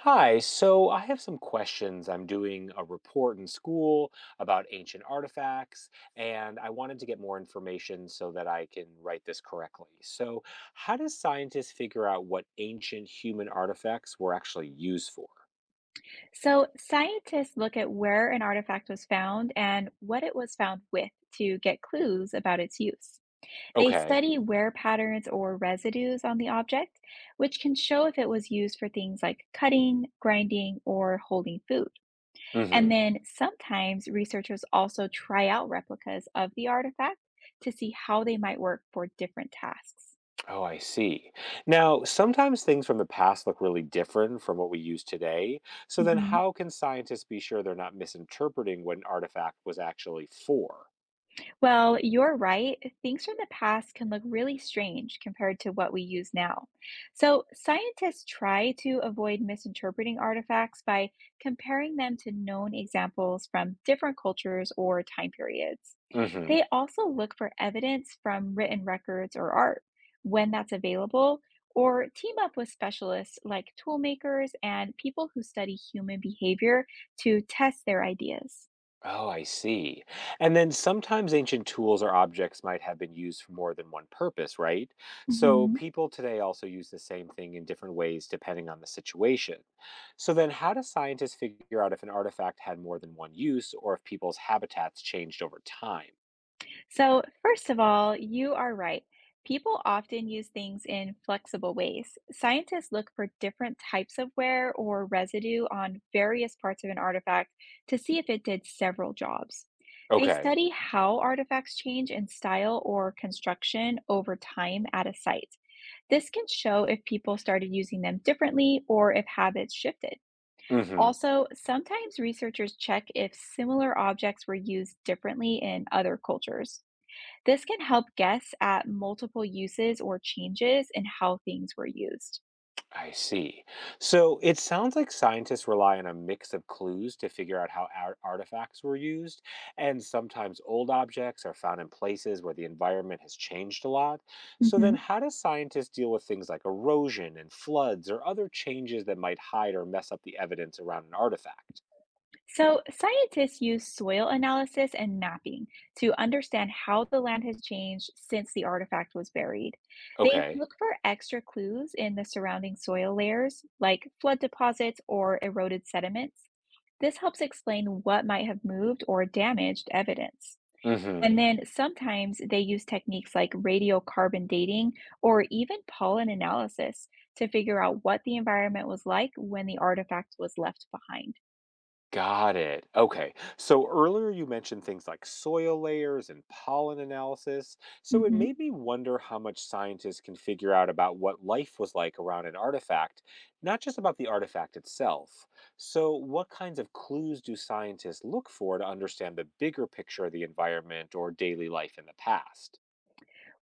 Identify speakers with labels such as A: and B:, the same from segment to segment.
A: Hi, so I have some questions. I'm doing a report in school about ancient artifacts, and I wanted to get more information so that I can write this correctly. So, how do scientists figure out what ancient human artifacts were actually used for?
B: So, scientists look at where an artifact was found and what it was found with to get clues about its use. They
A: Okay.
B: study wear patterns or residues on the object, which can show if it was used for things like cutting, grinding, or holding food. And
A: Mm-hmm.
B: then sometimes researchers also try out replicas of the artifact to see how they might work for different tasks.
A: Oh, I see. Now, sometimes things from the past look really different from what we use today. So then
B: Mhm.
A: how can scientists be sure they're not misinterpreting what an artifact was actually for?
B: Well, you're right. Things from the past can look really strange compared to what we use now. So, scientists try to avoid misinterpreting artifacts by comparing them to known examples from different cultures or time periods.
A: Mm-hmm.
B: They also look for evidence from written records or art when that's available, or team up with specialists like tool makers and people who study human behavior to test their ideas.
A: Oh, I see. And then sometimes ancient tools or objects might have been used for more than one purpose, right? So
B: Mhm.
A: people today also use the same thing in different ways depending on the situation. So then, how do scientists figure out if an artifact had more than one use or if people's habitats changed over time?
B: So, first of all, you are right. People often use things in flexible ways. Scientists look for different types of wear or residue on various parts of an artifact to see if it did several jobs. They
A: Okay.
B: study how artifacts change in style or construction over time at a site. This can show if people started using them differently or if habits shifted.
A: Mm hmm.
B: Also, sometimes researchers check if similar objects were used differently in other cultures. This can help guess at multiple uses or changes in how things were used.
A: I see. So it sounds like scientists rely on a mix of clues to figure out how artifacts were used, and sometimes old objects are found in places where the environment has changed a lot. So
B: hmm
A: then, how do scientists deal with things like erosion and floods or other changes that might hide or mess up the evidence around an artifact?
B: So, scientists use soil analysis and mapping to understand how the land has changed since the artifact was buried. They
A: Okay.
B: look for extra clues in the surrounding soil layers, like flood deposits or eroded sediments. This helps explain what might have moved or damaged evidence. And then sometimes they use techniques like radiocarbon dating or even pollen analysis to figure out what the environment was like when the artifact was left behind.
A: Got it. Okay. So earlier you mentioned things like soil layers and pollen analysis. So it
B: hmm
A: made me wonder how much scientists can figure out about what life was like around an artifact, not just about the artifact itself. So, what kinds of clues do scientists look for to understand the bigger picture of the environment or daily life in the past?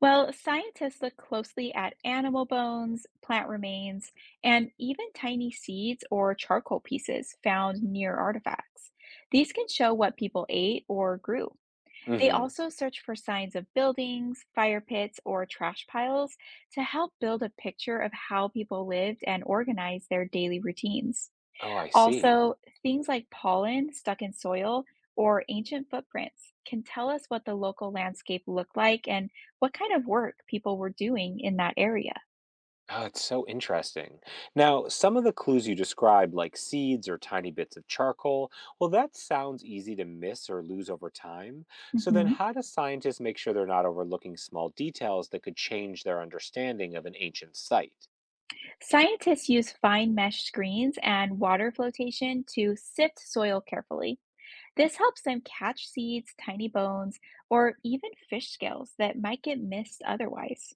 B: Well, scientists look closely at animal bones, plant remains, and even tiny seeds or charcoal pieces found near artifacts. These can show what people ate or grew. They
A: Hmm.
B: also search for signs of buildings, fire pits, or trash piles to help build a picture of how people lived and organized their daily routines.
A: Oh, I see.
B: Also, things like pollen stuck in soil or ancient footprints can tell us what the local landscape looked like and what kind of work people were doing in that area.
A: Oh, it's so interesting. Now, some of the clues you described, like seeds or tiny bits of charcoal, well, that sounds easy to miss or lose over time. So, then
B: Mhm.
A: how do scientists make sure they're not overlooking small details that could change their understanding of an ancient site?
B: Scientists use fine mesh screens and water flotation to sift soil carefully. This helps them catch seeds, tiny bones, or even fish scales that might get missed otherwise.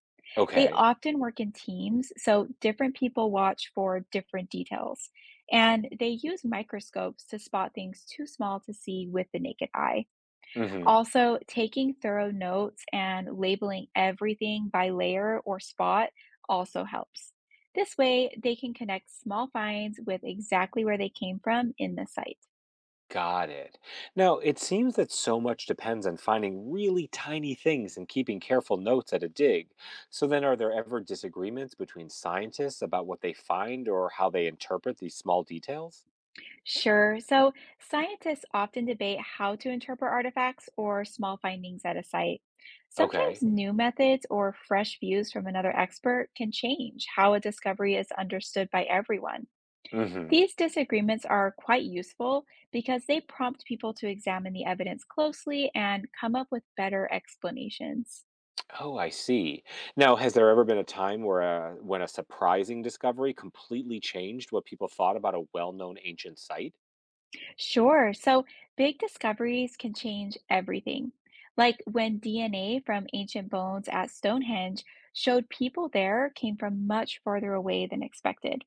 B: They
A: Okay.
B: often work in teams, so different people watch for different details. And they use microscopes to spot things too small to see with the naked eye.
A: Mm hmm.
B: Also, taking thorough notes and labeling everything by layer or spot also helps. This way, they can connect small finds with exactly where they came from in the site.
A: Got it. Now, it seems that so much depends on finding really tiny things and keeping careful notes at a dig. So, then are there ever disagreements between scientists about what they find or how they interpret these small details?
B: Sure. So scientists often debate how to interpret artifacts or small findings at a site. Sometimes
A: Okay.
B: new methods or fresh views from another expert can change how a discovery is understood by everyone.
A: Hmm.
B: These disagreements are quite useful because they prompt people to examine the evidence closely and come up with better explanations.
A: Oh, I see. Now, has there ever been a time where when a surprising discovery completely changed what people thought about a well-known ancient site?
B: Sure. So big discoveries can change everything. Like when DNA from ancient bones at Stonehenge showed people there came from much farther away than expected.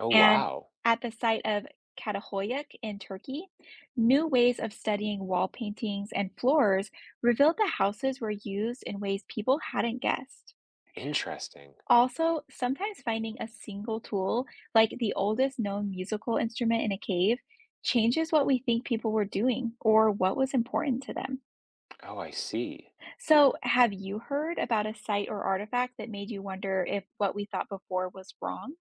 A: Oh,
B: And
A: wow.
B: at the site of Katahoyuk in Turkey, new ways of studying wall paintings and floors revealed that houses were used in ways people hadn't guessed.
A: Interesting.
B: Also, sometimes finding a single tool, like the oldest known musical instrument in a cave, changes what we think people were doing or what was important to them.
A: Oh, I see.
B: So, have you heard about a site or artifact that made you wonder if what we thought before was wrong?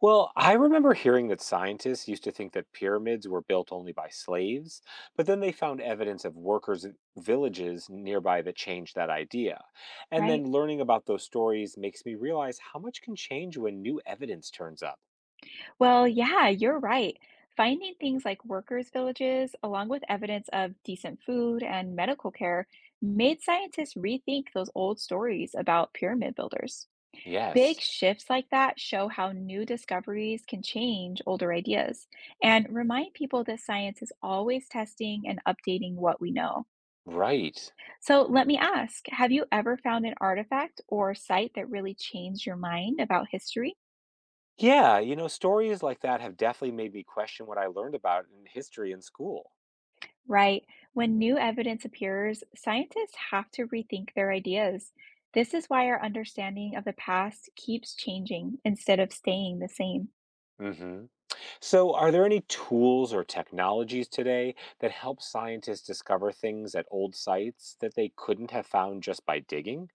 A: Well, I remember hearing that scientists used to think that pyramids were built only by slaves, but then they found evidence of workers' in villages nearby that changed that idea. And
B: Right.
A: then learning about those stories makes me realize how much can change when new evidence turns up.
B: Well, yeah, you're right. Finding things like workers' villages, along with evidence of decent food and medical care, made scientists rethink those old stories about pyramid builders.
A: Yes,
B: Big shifts like that show how new discoveries can change older ideas and remind people that science is always testing and updating what we know.
A: right.
B: So, let me ask have you ever found an artifact or site that really changed your mind about history?
A: Yeah, you know, stories like that have definitely made me question what I learned about in history in school.
B: Right. When new evidence appears, scientists have to rethink their ideas. This is why our understanding of the past keeps changing instead of staying the same.
A: Mm hmm. So, are there any tools or technologies today that help scientists discover things at old sites that they couldn't have found just by digging?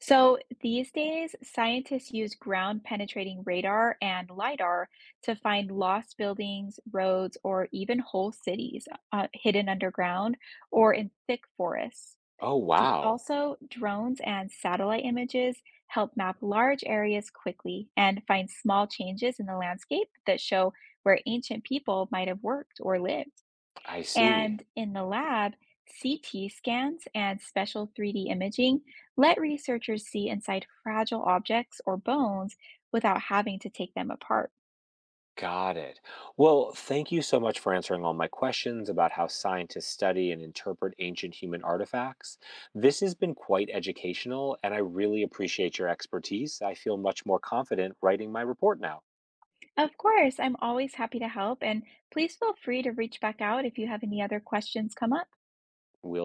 B: So these days, scientists use ground penetrating radar and LIDAR to find lost buildings, roads, or even whole cities hidden underground or in thick forests.
A: Oh, wow.
B: Also, drones and satellite images help map large areas quickly and find small changes in the landscape that show where ancient people might have worked or lived.
A: I see.
B: And in the lab, CT scans and special 3D imaging let researchers see inside fragile objects or bones without having to take them apart.
A: Got it. Well, thank you so much for answering all my questions about how scientists study and interpret ancient human artifacts. This has been quite educational, and I really appreciate your expertise. I feel much more confident writing my report now.
B: Of course, I'm always happy to help, and please feel free to reach back out if you have any other questions come up.
A: We'll